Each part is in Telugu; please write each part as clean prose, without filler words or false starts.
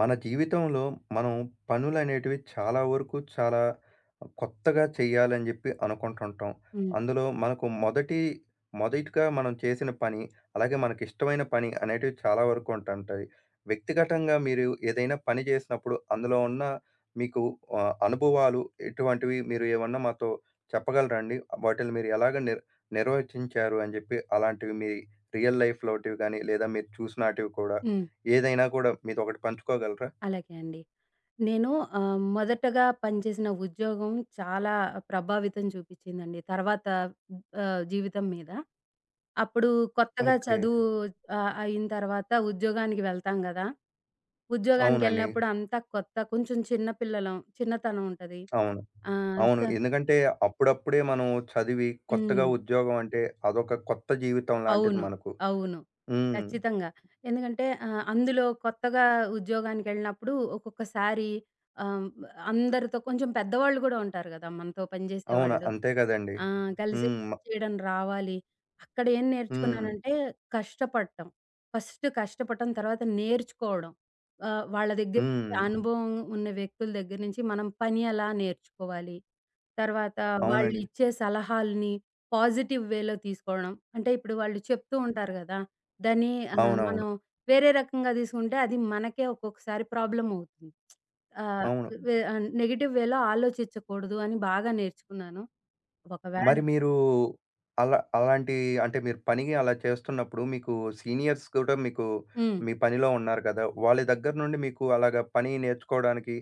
మన జీవితంలో మనం పనులనేటివి చాలా వరకు చాలా కొత్తగా చేయాలని చెప్పి అనుకుంటుంటాం. హ్మ్. అందులో మనకు మొదటిగా మనం చేసిన పని, అలాగే మనకి ఇష్టమైన పని అనేటివి చాలా వరకు ఉంటుంటాయి. వ్యక్తిగతంగా మీరు ఏదైనా పని చేసినప్పుడు అందులో ఉన్న మీకు అనుభవాలు ఇటువంటివి మీరు ఏమన్నా మాతో చెప్పగలరాండి? వాటిని మీరు ఎలాగ నిర్వచించారు అని చెప్పి అలాంటివి మీ రియల్ లైఫ్‌లోటివి గాని, లేదా మీరు చూసినాటివి కూడా హ్మ్. ఏదైనా కూడా మీతో ఒకటి పంచుకోగలరా? అలాగే అండి. నేను మొదటగా పనిచేసిన ఉద్యోగం చాలా ప్రభావితం చూపిచ్చిందండి. తర్వాత జీవితం మీద. అప్పుడు కొత్తగా ఓకే. చదువు అయిన తర్వాత ఉద్యోగానికి వెళ్తాం గదా! అవునండి. ఉద్యోగానికెళ్ళినప్పుడు అంతా కొత్త. కొంచెం చిన్న పిల్లలం. చిన్నతనం ఉంటది. అవును. ఆహ్, స అవును. ఎందుకంటే అప్పుడప్పుడే మనం చదివి కొత్తగా హ్మ్. ఉద్యోగం అంటే అదొక కొత్త జీవితం లాంటిది అవును. మనకు. అవును. హ్మ్. ఖచ్చితంగా. ఎందుకంటే అందులో కొత్తగా ఉద్యోగానికెళ్ళినప్పుడు ఒక్కొక్కసారి ఆహ్, అందరితో కొంచెం పెద్దవాళ్ళు గూడా ఉంటారు గదా! మనతో అవును. పనిజేసేవాళ్ళు. అంతే కదండీ! ఆ! కలిసి హ్మ్. చేయడం రావాలి. అక్కడ ఏం హ్మ్. నేర్చుకున్నానంటే కష్టపడటం. ఫస్ట్ కష్టపడటం తర్వాత నేర్చుకోవడం. వాళ్ళ దగ్గర నుంచి, హ్మ్. అనుభవం ఉన్న వ్యక్తుల దగ్గర నుంచి మనం పని ఎలా నేర్చుకోవాలి. తర్వాత అవునండి. వాళ్ళిచ్చే సలహాల్ని పాజిటివ్ వేలో తీసుకోవడం. అంటే ఇప్పుడు వాళ్ళు చెప్తూ ఉంటారు గదా! దాన్ని ఆహ్, హ్మ్. మనం అవునవును. వేరే రకంగా తీసుకుంటే అది మనకే ఒక్కొక్కసారి ప్రాబ్లమ్ అవుతుంది. ఆహ్, అవును. నెగెటివ్ వేలో ఆలోచించకూడదు అని బాగా నేర్చుకున్నాను. ఒకవేళ మరి మీరు అలాంటి అంటే మీరు పని అలా చేస్తున్నప్పుడు మీకు సీనియర్స్ కూడా మీకు హ్మ్. మీ పనిలో ఉన్నారు కదా! వాళ్ళ దగ్గర నుండి మీకు అలాగా పని నేర్చుకోవడానికి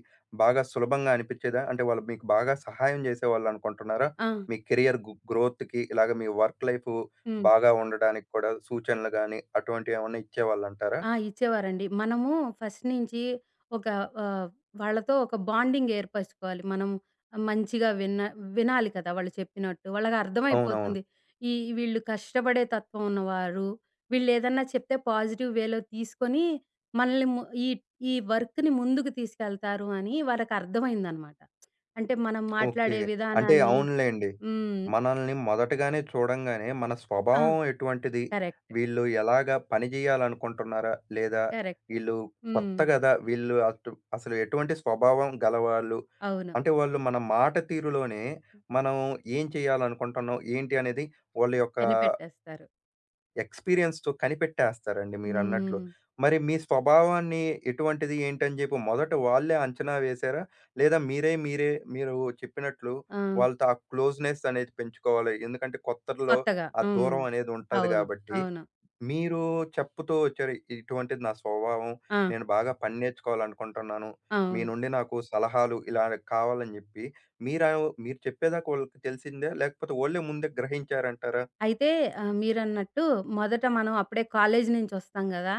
బాగా సులభంగా అనిపిచ్చేదా? అంటే వాళ్ళు మీకు బాగా సహాయం చేసేవాళ్ళనుకుంటున్నారా? ఆ! మీ కెరియర్ గ్రోత్‌కి ఇలాగ మీ వర్క్ లైఫు హ్మ్. బాగా ఉండడానికి కూడా సూచనలు గాని అటువంటివేమన్నా ఇచ్చేవాళ్ళంటారా? ఆ! ఇచ్చేవారండి. మనము ఫస్ట్ నుంచి ఒక ఆహ్, వాళ్ళతో ఒక బాండింగ్ ఏర్పరచుకోవాలి. మనం మంచిగా వినాలి కదా! వాళ్ళు చెప్పినట్టు. అవునవును. వాళ్ళకర్థమైపోతుంది. ఈ వీళ్ళు కష్టపడే తత్వం ఉన్నవారు. వీళ్ళేదన్నా చెప్తే పాజిటివ్ వేలో తీసుకొని మనల్ని ము ఈ ఈ వర్క్‌ని ముందుకు తీసుకెళ్తారు అని వాళ్ళకర్థమైందనమాట. అంటే మనం ఓకే. మాట్లాడే అంటే విధానాన్ని అవునులెండి. హ్మ్. మనల్ని మొదటగానే చూడంగానే మన ఆ! స్వభావం ఎటువంటిది? కరెక్ట్. వీళ్ళు ఎలాగా పని జేయాలనుకుంటున్నారా? లేదా కరెక్ట్. ఈళ్ళు హ్మ్. కొత్త గదా! వీళ్ళు అటు అసలు ఎటువంటి స్వభావం గలవాళ్ళు? అవును. అంటే వాళ్ళు మన మాట తీరులోనే మనం ఏం చేయాలనుకుంటున్నాం? ఏంటి అనేది వాళ్ళ యొక్క కనిపెట్టేస్తారు. ఎక్స్‌పీరియన్స్‌తో కనిపెట్టేస్తారండి మీరన్నట్లు. హ్మ్. మరి మీ స్వభావాన్ని ఎటువంటిది, ఏంటని జెప్పి మొదట వాళ్ళే అంచనా వేశారా? లేదా మీరే మీరే మీరు చెప్పినట్లు ఆ! వాళ్ళతో ఆ క్లోజ్‌నెస్ అనేది పెంచుకోవాలి. ఎందుకంటే కొత్తల్లో కొత్తగా. ఆ హ్మ్. దూరం అనేది ఉంటది అవును. గాబట్టి. అవును. మీరు చెప్పుతూ వచ్చారు. ఇటువంటిది నా స్వభావం. ఆ! నేను బాగా పని నేర్చుకోవాలనుకుంటున్నాను. మీ అవును. నుండి నాకు సలహాలు ఇలా కావాలని జెప్పి. మీరా మీరు చెప్పేదాకా వాళ్ళకి తెలిసిందా? లేకపోతే వోళ్ళే ముందే గ్రహించారంటారా? అయితే మీరన్నట్టు మొదట మనం అప్పుడే కాలేజీ నుంచొస్తాం గదా!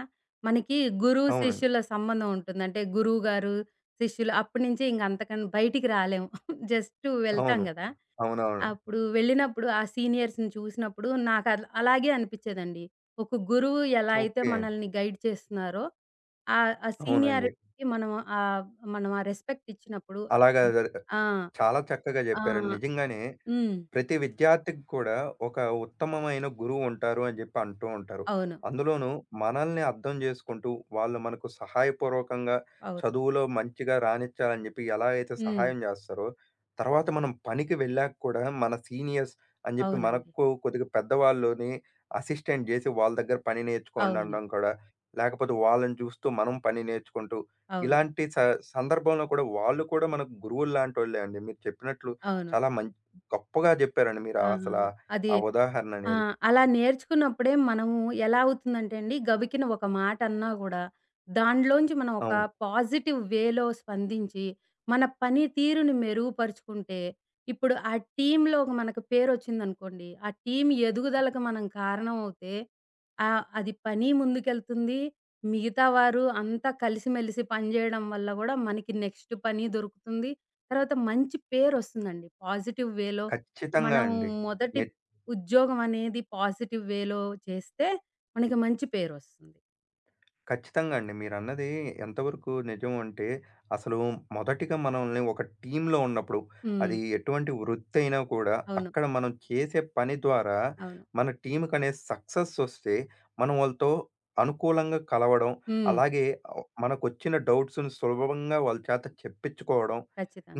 మనకి గురువు, అవునండి. శిష్యుల సంబంధం ఉంటుంది. అంటే గురువుగారు, శిష్యులు అప్పటి నుంచి ఇంక అంతకన్నా బయటికి రాలేము. జస్ట్ వెళ్తాం అవును. గదా! అవునవును. అప్పుడు వెళ్ళినప్పుడు ఆ సీనియర్స్‌ని చూసినప్పుడు నాకు అలాగే అనిపిచ్చేదండి. ఒక గురువు ఎలా అయితే ఓకే. మనల్ని గైడ్ చేస్తున్నారో, ఆ అవునండి. సీనియారిటీకి ఆహ్, మనం ఆ రెస్పెక్ట్ ఇచ్చినప్పుడు అలాగా జరి ఆ! చాలా చక్కగా ఆ! జెప్పారండి. నిజంగానే హ్మ్. ప్రతి విద్యార్థికి కూడా ఒక ఉత్తమమైన గురువు ఉంటారు అని చెప్పి అంటూ ఉంటారు. అవును. అందులోనూ మనల్ని అర్థం చేసుకుంటూ, వాళ్ళు మనకు సహాయపూర్వకంగా అవును. చదువులో మంచిగా రాణించాలని చెప్పి ఎలా అయితే హ్మ్. సహాయం చేస్తారో, తర్వాత మనం పనికి వెళ్ళాక కూడా మన సీనియర్స్ అని చెప్పి అవునండి. మనకు కొద్దిగా పెద్దవాళ్ళుని అసిస్టెంట్ చేసి వాళ్ళ దగ్గర పని నేర్చుకోండి అవును. అనడం కూడా, లేకపోతే వాళ్ళని చూస్తూ మనం పని నేర్చుకుంటూ, అవును. ఇలాంటి సందర్భంలో కూడా వాళ్ళు కూడా మనకు గురువుల్లాంటోళ్ళే అండి. మీరు చెప్పినట్లు అవును. చాలా మంచి గొప్పగా జెప్పారండి మీరు ఆహా! అసలా అది ఆ ఆ ఉదాహరణ ఆ! అనేది. అలా నేర్చుకున్నప్పుడే మనము ఎలా అవుతుందంటే అండి, గబికిన ఒక మాట అన్నా గూడా, దాంట్లోంచి మనం ఒక అవును. పాజిటివ్ వేలో స్పందించి, మన పని తీరుని మెరుగుపరుచుకుంటే, ఇప్పుడు ఆ టీమ్‌లో ఒక మనకు పేరొచ్చిందనుకోండి, ఆ టీమ్ ఎదుగుదలకు మనం కారణం అవుతే, అది పని ముందుకెళ్తుంది. మిగతా వారు అంతా కలిసిమెలిసి పనిజేయడం వల్ల గూడా మనకి నెక్స్ట్ పని దొరుకుతుంది. తర్వాత మంచి పేరొస్తుందండి. పాజిటివ్ వేలో ఖచ్చితంగా మనం అండి. మొదటి మీరు ఉద్యోగం అనేది పాజిటివ్ వేలో చేస్తే మనకి మంచి పేరొస్తుంది. ఖచ్చితంగా అండి. మీరన్నది ఎంతవరకు నిజం అంటే, అసలు మొదటిగా మనల్ని ఒక టీమ్‌లో ఉన్నప్పుడు, హ్మ్. అది ఎటువంటి వృత్తి అయినా కూడా, అవును. అక్కడ మనం చేసే పని ద్వారా అవును. మన టీమ్‌కనే సక్సెస్ వస్తే, మనం వాళ్ళతో అనుకూలంగా కలవడం, హ్మ్. అలాగే మనకొచ్చిన డౌట్స్‌ని సులభంగా వాళ్ళ చేత చెప్పించుకోవడం.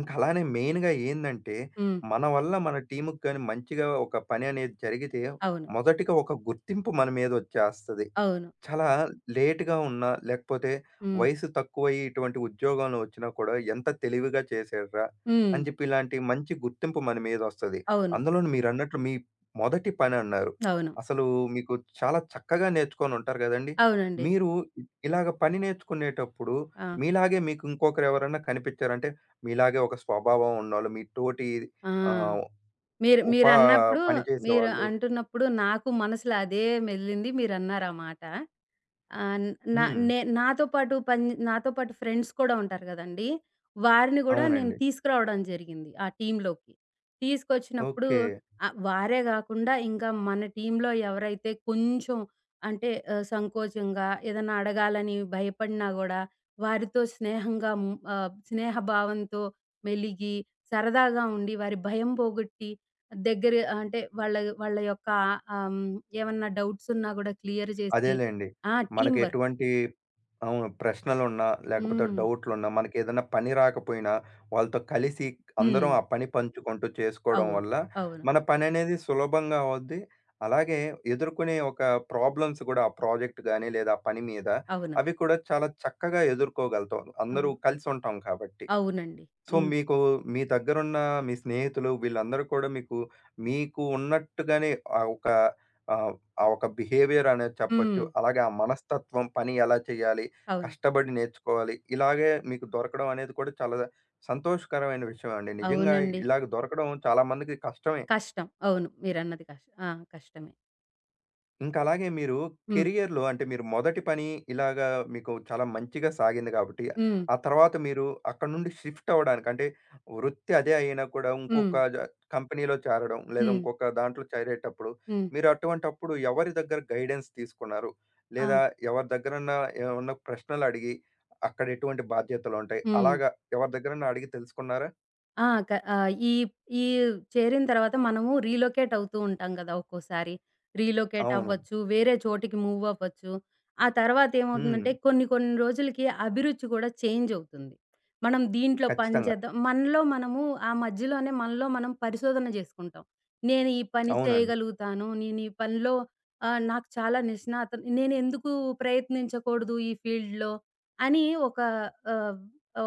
ఇంకా అలానే మెయిన్‌గా ఏందంటే, హ్మ్. మన వల్ల మన టీమ్‌కి గాని మంచిగా ఒక పని అనేది జరిగితే, అవును. మొదటిగా ఒక గుర్తింపు మన మీద వచ్చేస్తది. అవును. చాలా లేట్‌గా ఉన్నా, లేకపోతే హ్మ్. వయసు తక్కువయ్యి ఇటువంటి ఉద్యోగంలో వచ్చినా కూడా ఎంత తెలివిగా చేశాడురా! హ్మ్. అని చెప్పి ఇలాంటి మంచి గుర్తింపు మన మీదొస్తది. అవును. అందులోను మీరన్నట్లు మీ మొదటి పనన్నారు. అవును. అసలు మీకు చాలా చక్కగా నేర్చుకొనుంటారు గదండీ! అవునండి. మీరు ఇలాగ పని నేర్చుకునేటప్పుడు ఆ! మీలాగే మీకు ఇంకొకరు ఎవరన్నా కనిపిచ్చారంటే, మీలాగే ఒక స్వభావం ఉన్నోళ్ళు, మీ తోటి ఆ! ఆహ్, ఉపా మీరన్నప్పుడు పని మీరు చేసేవాళ్ళు అంటున్నప్పుడు నాకు మనసులో అదే మెదిలింది మీరన్నారు ఆ మాట. ఆహ్, నా హ్మ్. నే నాతో పాటు పన్ నాతో పాటు ఫ్రెండ్స్ కూడా ఉంటారు గదండీ! వారిని గూడా నేను అవునండి. తీసుకురావడం జరిగింది ఆ టీమ్‌లోకి. తీసుకొచ్చినప్పుడు ఓకే. వారే గాకుండా ఇంకా మన టీమ్‌లో ఎవరైతే కొంచెం అంటే సంకోచంగా ఏదన్నా అడగాలని భయపడినా గూడా వారితో స్నేహంగా స్నేహభావంతో మెలిగి సరదాగా ఉండి వారి భయం పోగొట్టి దగ్గర అంటే వాళ్ళ వాళ్ళ యొక్క ఆహ్, హ్మ్. ఏమన్నా డౌట్స్ ఉన్నా గూడా క్లియర్ చేసి అదేలెండి. ఆ! టీమ్ మనకి వర్క్. ఎటువంటి అవును. ప్రశ్నలున్నా, లేకపోతే హ్మ్. డౌట్‌లున్నా, మనకేదైనా పని రాకపోయినా, వాళ్ళతో కలిసి హ్మ్. అందరం ఆ పని పంచుకుంటూ చేసుకోవడం అవును. వల్ల, అవును. మన పననేది సులభంగా అవుద్ది. అలాగే ఎదుర్కొనే ఒక ప్రాబ్లమ్స్ కూడా ఆ ప్రాజెక్ట్ గాని, లేదా ఆ పని మీద అవును. అవి కూడా చాలా చక్కగా ఎదుర్కోగలుగుతాం. అందరూ అవును. కలిసుంటాం కాబట్టి. అవునండి. సో, హ్మ్. మీకు మీ దగ్గరున్న మీ స్నేహితులు వీళ్ళందరూ కూడా మీకు, మీకు ఉన్నట్టుగానే ఆ ఒక ఆహ్, ఆ ఒక బిహేవియర్ అనేది చెప్పొచ్చు. హ్మ్. అలాగే ఆ మనస్తత్వం, పని ఎలా చేయాలి, అవును. కష్టపడి నేర్చుకోవాలి, ఇలాగే మీకు దొరకడం అనేది కూడా చాలా సంతోషకరమైన విషయం అండి. నిజంగా అవునండి. ఇలాగ దొరకడం చాలా మందికి కష్టమే. కష్టం. అవును. మీరన్నది ఆ! కష్టమే. ఇంకా అలాగే మీరు హ్మ్. కెరియర్‌లో అంటే మీరు మొదటి పని ఇలాగా మీకు చాలా మంచిగా సాగింది కాబట్టి, హ్మ్. ఆ తర్వాత మీరు అక్కడ నుండి షిఫ్ట్ అవ్వడానికి అంటే వృత్తి అదే అయినా కూడా హ్మ్. ఇంకొక జ కంపెనీలో చేరడం, లేదా హ్మ్. ఇంకొక దాంట్లో చేరేటప్పుడు హ్మ్. మీరు అటువంటప్పుడు ఎవరి దగ్గర గైడెన్స్ తీసుకున్నారు? ఆ! లేదా ఎవరి దగ్గరన్నా ఏమన్నా ప్రశ్నలు అడిగి అక్కడ ఎటువంటి బాధ్యతలుంటాయి? హ్మ్. అలాగా ఎవరి దగ్గరన్నా అడిగి తెలుసుకున్నారా? ఆ! క ఆహ్, ఈ ఈ చేరిన తర్వాత మనము రీలొకేట్ అవుతూ ఉంటాం గదా! ఒక్కోసారి. రీలొకేట్ అవును. అవ్వచ్చు. వేరే చోటికి మూవ్ అవ్వచ్చు. ఆ తర్వాత హ్మ్. ఏమవుతుందంటే కొన్ని కొన్ని రోజులకి అభిరుచి కూడా చేంజ్ అవుతుంది. మనం దీంట్లో పని ఖచ్చితంగా. చేద్దాం మనలో మనము ఆ మధ్యలోనే మనలో మనం పరిశోధన జేసుకుంటాం. నేను ఈ పని అవునండి. చేయగలుగుతాను. నేను ఈ పనిలో నాకు చాలా నిష్ణాత నేను ఎందుకు ప్రయత్నించకూడదు ఈ ఫీల్డ్‌లో అని ఒక ఆహ్,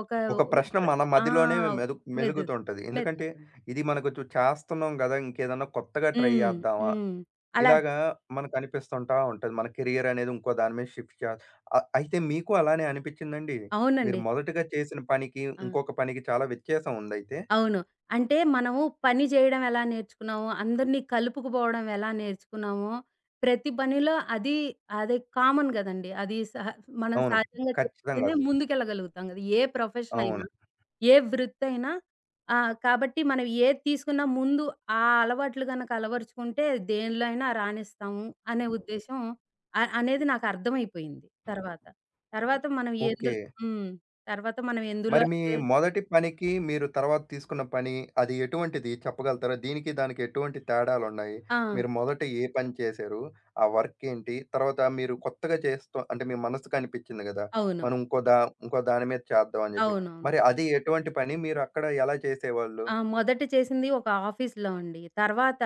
ఒక ఒక ప్రశ్న మన ఆ! మదిలోనే మెదులు మెలుగుతుంటది. ఎందుకంటే, మెదులుతుంది. ఇది మనకు చు చేస్తున్నాం గదా! ఇంకేదన్నా కొత్తగా ట్రై హ్మ్. చేద్దామా? హ్మ్. అలా ఇలాగా మనకనిపిస్తుంటా ఉంటది. మన కెరియర్ అనేది ఇంకో దాని మీద షిఫ్ట్ చేయాలి. అయితే మీకు అలానే అనిపిచ్చిందండి? మీరు అవునండి. మొదటగా చేసిన పనికి, ఆ! ఇంకొక పనికి చాలా వ్యత్యాసం ఉందయితే? అవును. అంటే మనము పని జేయడం ఎలా నేర్చుకున్నామో, అందరిని కలుపుకుపోవడం ఎలా నేర్చుకున్నామో, ప్రతి పనిలో అది అది కామన్ గదండీ! అది సహ మనం అవును. సహజంగా ఖచ్చితంగా. చేస్తేనే ముందుకెళ్ళగలుగుతాం గదా! ఏ ప్రొఫెషన్ అయినా. అవును. ఏ వృత్తయినా కాబట్టి మనం ఏది తీసుకున్నా ముందు ఆ అలవాట్లు గనక అలవరుచుకుంటే దేనిలో అయినా రాణిస్తాము అనే ఉద్దేశ్యం అనేది నాకు అర్థమైపోయింది తర్వాత. తర్వాత మనం ఓకే. ఎందులో హ్మ్. తర్వాత మనం ఎందులో మరి మీ అయితే మొదటి పనికి, మీరు తర్వాత తీసుకున్న పని అది ఎటువంటిది చెప్పగలుగుతారా? దీనికి, దానికి ఎటువంటి తేడాలున్నాయి? ఆ! మీరు మొదట ఏ పని చేశారు? ఆ వర్క్ ఏంటి? తర్వాత మీరు కొత్తగా చేస్తూ అంటే మీ మనసుకు అనిపించింది కదా! అవును. మనం ఇంకో దాని మీద చేద్దాం అని చెప్పి. అవునవును. మరి అది ఎటువంటి పని? మీరు అక్కడ ఎలా చేసేవాళ్ళు? ఆ! మొదట చేసింది ఒక ఆఫీస్‌లో అండి. తర్వాత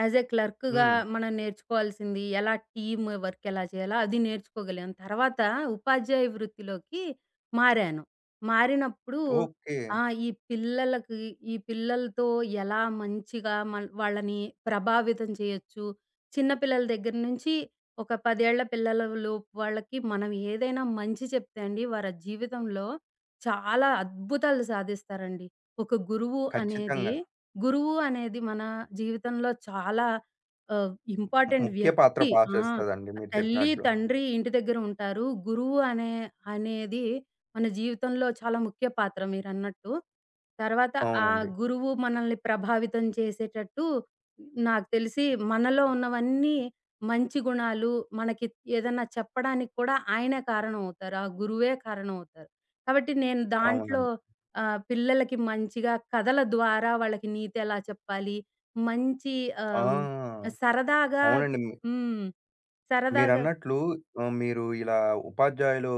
యాస్ ఎ క్లర్క్‌గా హ్మ్. మనం నేర్చుకోవాల్సింది ఎలా టీమ్ వర్క్ ఎలా చేయాలో అది నేర్చుకోగలిగాను. తర్వాత ఉపాధ్యాయ వృత్తిలోకి మారాను. మారినప్పుడు ఓకే. ఆ! ఈ పిల్లలకి ఈ పిల్లలతో ఎలా మంచిగా వాళ్ళని ప్రభావితం చేయొచ్చు. చిన్న పిల్లల దగ్గర నుంచి ఒక 10 ఏళ్ల పిల్లల లోపు వాళ్ళకి మనం ఏదైనా మంచి చెప్తే అండి వారి జీవితంలో చాలా అద్భుతాలు సాధిస్తారండి. ఒక గురువు అనేది ఖచ్చితంగా. గురువు అనేది మన జీవితంలో చాలా ఇంపార్టెంట్ ముఖ్య పాత్ర వ్యక్తి. ఆ! పోషిస్తదండి మీరు తల్లి, చెప్పినట్లు. తండ్రి ఇంటి దగ్గర ఉంటారు. గురువు అనే అనేది మన జీవితంలో చాలా ముఖ్య పాత్ర మీరన్నట్టు. తర్వాత ఆ అవునండి. గురువు మనల్ని ప్రభావితం చేసేటట్టు నాకు తెలిసి మనలో ఉన్నవన్నీ మంచి గుణాలు మనకి ఏదన్నా చెప్పడానికి కూడా ఆయనే కారణం అవుతారు. ఆ గురువే కారణం అవుతారు. కాబట్టి నేను దాంట్లో అవునండి. పిల్లలకి మంచిగా కథల ద్వారా వాళ్ళకి నీతి ఎలా చెప్పాలి, మంచి ఆ! ఆహ్, సరదాగా అవునండి. హ్మ్. సరదాగా మీరన్నట్లు మీరు ఇలా ఉపాధ్యాయులు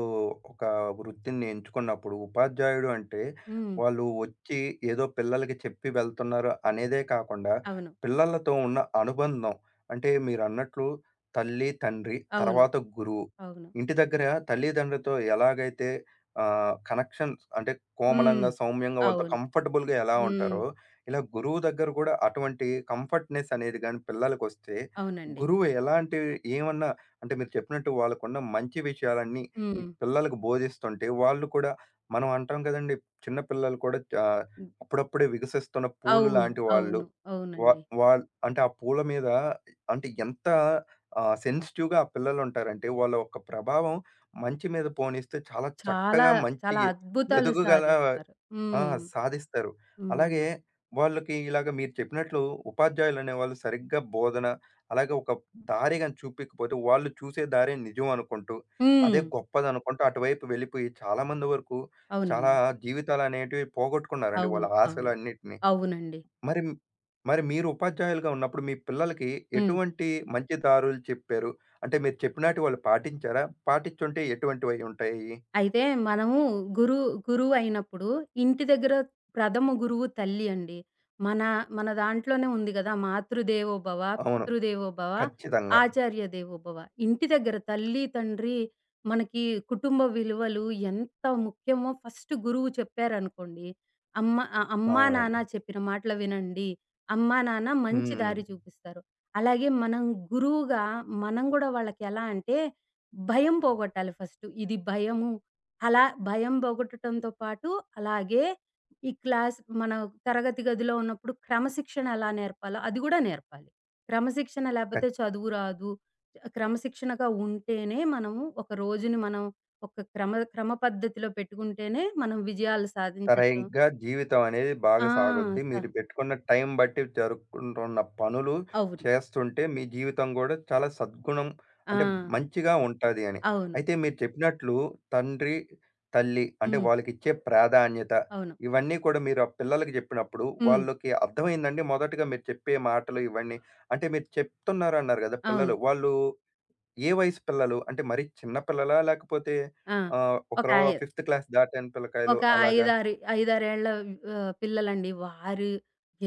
ఒక వృత్తిని ఎంచుకున్నప్పుడు, ఉపాధ్యాయుడు అంటే హ్మ్. వాళ్ళు వచ్చి ఏదో పిల్లలకి చెప్పి వెళ్తున్నారు అనేదే కాకుండా, అవును. పిల్లలతో ఉన్న అనుబంధం అంటే మీరన్నట్లు తల్లి, తండ్రి, అవును. తర్వాత గురువు. అవును. ఇంటి దగ్గర తల్లిదండ్రులతో ఎలాగైతే కనెక్షన్స్ అంటే హ్మ్. కోమలంగా, సౌమ్యంగా వాళ్ళతో అవును. కంఫర్టబుల్‌గా ఎలా హ్మ్. ఉంటారో, ఇలా గురువు దగ్గర కూడా అటువంటి కంఫర్ట్‌నెస్ అనేది గాని పిల్లలకొస్తే, అవునండి. గురువు ఎలాంటి ఏమన్నా అంటే మీరు చెప్పినట్టు వాళ్ళకున్న మంచి విషయాలన్నీ ఈ హ్మ్. పిల్లలకు బోధిస్తుంటే వాళ్ళు కూడా మనం అంటాం కదండీ! చిన్న పిల్లలు కూడా హ్మ్. అప్పుడప్పుడే వికసిస్తున్న పూలు అవును. లాంటి వాళ్ళు. అవును. వా అవునండి. వాళ్ అంటే ఆ పూల మీద అంటే ఎంత సెన్సిటివ్‌గా ఆ పిల్లలుంటారంటే వాళ్ళ యొక్క ప్రభావం మంచి మీద పోనిస్తే చాలా చాలా, చక్కగా మంచి చాలా అద్భుతాలు ఎదుగుగల సాధిస్తారు. ఆ! హ్మ్. సాధిస్తారు. అలాగే అవునండి. వాళ్ళకి ఇలాగ మీరు చెప్పినట్లు ఉపాధ్యాయులనేవాళ్ళు సరిగ్గా బోధన, అలాగే ఒక దారి గాని చూపియకపోతే వాళ్ళు చూసే దారే నిజం అనుకుంటూ, హ్మ్. అదే గొప్పదనుకుంటూ అటువైపు వెళ్ళిపోయి చాలామంది వరకు చాలా అవునండి. జీవితాలనేటివి పోగొట్టుకున్నారండి వాళ్ళ అవును. అవును. ఆశలన్నిటిని. అవునండి. మరి మరి మీరు ఉపాధ్యాయులుగా ఉన్నప్పుడు మీ పిల్లలకి హ్మ్. ఎటువంటి మంచి దారులు చెప్పారు? అంటే మీరు చెప్పినట్టు వాళ్ళు పాటించారా? పాటించుంటే ఎటువంటివై ఉంటాయి? అయితే మనము గురు గురువయినప్పుడు ఇంటి దగ్గర ప్రథమ గురువు తల్లి అండి. మన మన దాంట్లోనే ఉంది గదా! మాతృదేవోభవ, అవును. పితృదేవోభవ, ఖచ్చితంగా. ఆచార్య దేవోభవ. ఇంటి దగ్గర తల్లి, తండ్రి మనకి కుటుంబ విలువలు ఎంత ముఖ్యమో ఫస్ట్ గురువు చెప్పారనుకోండి. అమ్మా, నాన్న అవునండి. చెప్పిన మాటలు వినండి. అమ్మా, నాన్న మంచి హ్మ్. దారి చూపిస్తారు. అలాగే మనం గురువుగా మనం గూడా వాళ్ళకెలా అంటే భయం పోగొట్టాలి ఫస్ట్. ఇది భయము అలా భయం పోగొట్టటంతో పాటు, అలాగే ఈ క్లాస్ మన తరగతి గదిలో ఉన్నప్పుడు క్రమశిక్షణ ఎలా నేర్పాలో అది కూడా నేర్పాలి. క్రమశిక్షణ ఖ లేకపోతే చదువు రాదు. క్రమశిక్షణగా ఉంటేనే మనము ఒక రోజుని మనం ఒక క్రమ క్రమ పద్ధతిలో పెట్టుకుంటేనే మనం విజయాలు సాధించొచ్చు. తరంగా జీవితం అనేది ఆ! బాగా సాగుద్ది. స మీరు పెట్టుకున్న టైం బట్టి జరుపుకుంటున్న పనులు అవును. చేస్తుంటే, మీ జీవితం గూడా చాలా సద్గుణం ఆ! అంటే మంచిగా ఉంటాది అని. అవును. అయితే మీరు చెప్పినట్లు తండ్రి, తల్లి అంటే హ్మ్. వాళ్ళకిచ్చే ప్రాధాన్యత అవును. ఇవన్నీ కూడా మీరు ఆ పిల్లలకి జెప్పినప్పుడు హ్మ్. వాళ్ళకి అర్థమైందండి మొదటగా మీరు చెప్పే మాటలు ఇవన్నీ? అంటే మీరు చెప్తున్నారన్నారు గదా! పిల్లలు అవును. వాళ్ళు ఏ వయసు పిల్లలు? అంటే మరీ చిన్న పిల్లలా? లేకపోతే ఆ! ఒక ఒకరు ఫిఫ్త్ క్లాస్ దాటిన పిల్లకాయలు ఒక అలాగా? 5, 6 ఏళ్ల పిల్లలండి. వారు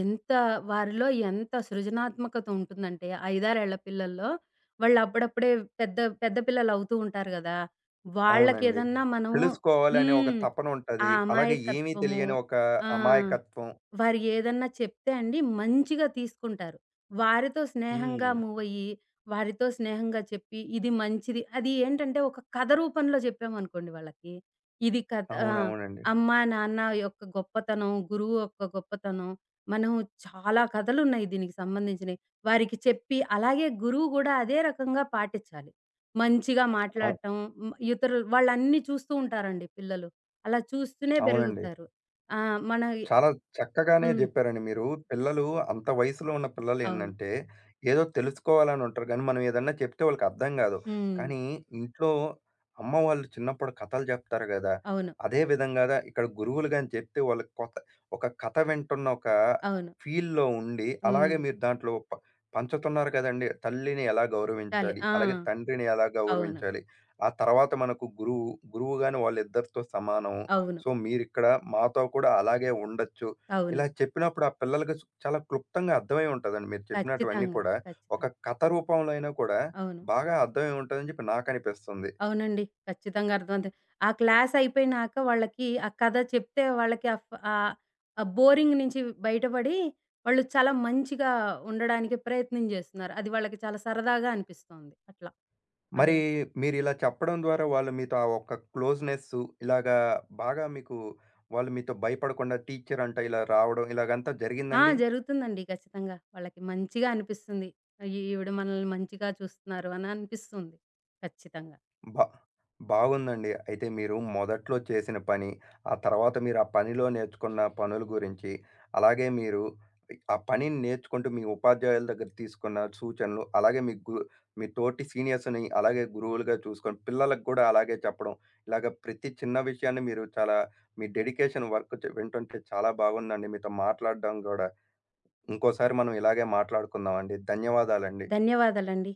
ఎంత వారిలో ఎంత సృజనాత్మకత ఉంటుందంటే 5, 6 ఏళ్ల పిల్లల్లో వాళ్ళు అప్పుడప్పుడే పెద్ద పెద్ద పిల్లలు అవుతూ ఉంటారు గదా! అవునండి. వాళ్ళకేదన్నా మనము తెలుసుకోవాలనే ఒక హ్మ్. తపన ఆ ఉంటది. అలాగే ఏమీ అమాయకత్వము తెలియని ఒక ఆ! అమాయకత్వం. వారు ఏదన్నా చెప్తే అండి మంచిగా తీసుకుంటారు. వారితో స్నేహంగా హ్మ్. మూవయ్యి, వారితో స్నేహంగా చెప్పి ఇది మంచిది. అది ఏంటంటే ఒక కథ రూపంలో చెప్పామనుకోండి వాళ్ళకి. ఇది కథ ఆ! అవునవునండి. అమ్మ, నాన్న యొక్క గొప్పతనం, గురువు యొక్క గొప్పతనం. మనం చాలా కథలున్నాయి దీనికి సంబంధించినయి. వారికి చెప్పి అలాగే గురువు గూడా అదే రకంగా పాటించాలి. మంచిగా అవు మాట్లాడటం, హ్మ్. ఇతరులు వాళ్ళన్నీ చూస్తూ ఉంటారండి పిల్లలు. అలా చూస్తూనే అవునండి. పెరుగుతారు. ఆ! మన చాలా చక్కగానే హ్మ్. జెప్పారండి మీరు. పిల్లలు అంత వయసులో ఉన్న అవును. పిల్లలేందంటే, ఏదో తెలుసుకోవాలని ఉంటారు గానీ, మనం ఏదన్నా చెప్తే వాళ్ళకర్థం గాదు. హ్మ్. కానీ ఇంట్లో అమ్మ వాళ్ళు చిన్నప్పుడు కథలు జెప్తారు గదా! అవును. అదే విధంగాదా ఇక్కడ గురువులు గాని చెప్తే వాళ్ళకి కొత్త ఒక కథ వింటున్న ఒక అవును. ఫీల్‌లో ఉండి, హ్మ్. అలాగే మీరు దాంట్లో పంచుతున్నారు గదండీ! తల్లిని ఎలా గౌరవించాలి? ఆ! అలాగే తండ్రిని ఎలా అవును. గౌరవించాలి? ఆ తర్వాత మనకు గురువు గాని వాళ్ళిద్దరితో సమానం. అవును. సో, మీరిక్కడ మాతో కూడా అలాగే ఉండొచ్చు. అవును. ఇలా చెప్పినప్పుడు ఆ పిల్లలకి స్ చాలా క్లుప్తంగా అర్థమై ఉంటదండి. మీరు చెప్పినటువన్నీ ఖచ్చితంగా. కూడా ఒక ఖచ్చితంగా. కథ రూపంలో అయినా కూడా అవును. బాగా అర్థమై ఉంటదని చెప్పి నాకనిపిస్తుంది. అవునండి. ఖచ్చితంగా అర్థమవుతుంది. ఆ క్లాస్ అయిపోయినాక వాళ్ళకి ఆ కథ చెప్తే వాళ్ళకి ఆ బోరింగ్ నుంచి బయటపడి వాళ్ళు చాలా మంచిగా ఉండడానికి ప్రయత్నం జేస్తున్నారు. అది వాళ్ళకి చాలా సరదాగా అనిపిస్తోంది. అట్లా. ఆ మరి విధంగా మీరిలా చెప్పడం ద్వారా వాళ్ళు మీతో ఆ ఒక్క క్లోజ్‌నెస్సు ఇలాగా బాగా మీకు వాళ్ళు మీతో భయపడకుండా టీచర్ అంట ఇలా రావడం ఇలాగంతా ఆ! జరిగిందండి? జరుగుతుందండి ఖచ్చితంగా. వాళ్ళకి మంచిగా అనిపిస్తుంది. ఈ ఈవిడ మనల్ని మంచిగా చూస్తున్నారు అని అనిపిస్తుంది. ఖచ్చితంగా. బా బాగుందండి. అయితే మీరు మొదట్లో చేసిన పని, ఆ తర్వాత మీరు ఆ పనిలో నేర్చుకున్న పనుల గురించి, అలాగే మీరు ఆ పనిని నేర్చుకుంటూ మీ ఉపాధ్యాయుల దగ్గర తీసుకున్న సూచనలు, అలాగే మీ మీ తోటి సీనియర్స్‌ని అలాగే గురువులుగా చూసుకొని, పిల్లలకు కూడా అలాగే చెప్పడం, ఇలాగ ప్రతి చిన్న విషయాన్ని మీరు చాలా మీ డెడికేషన్ వర్క్ వింటుంటే చాలా బాగుందండి. మీతో మాట్లాడడం గూడా. ఇంకోసారి మనం ఇలాగే మాట్లాడుకుందామండి. ధన్యవాదాలండి. ధన్యవాదాలండి.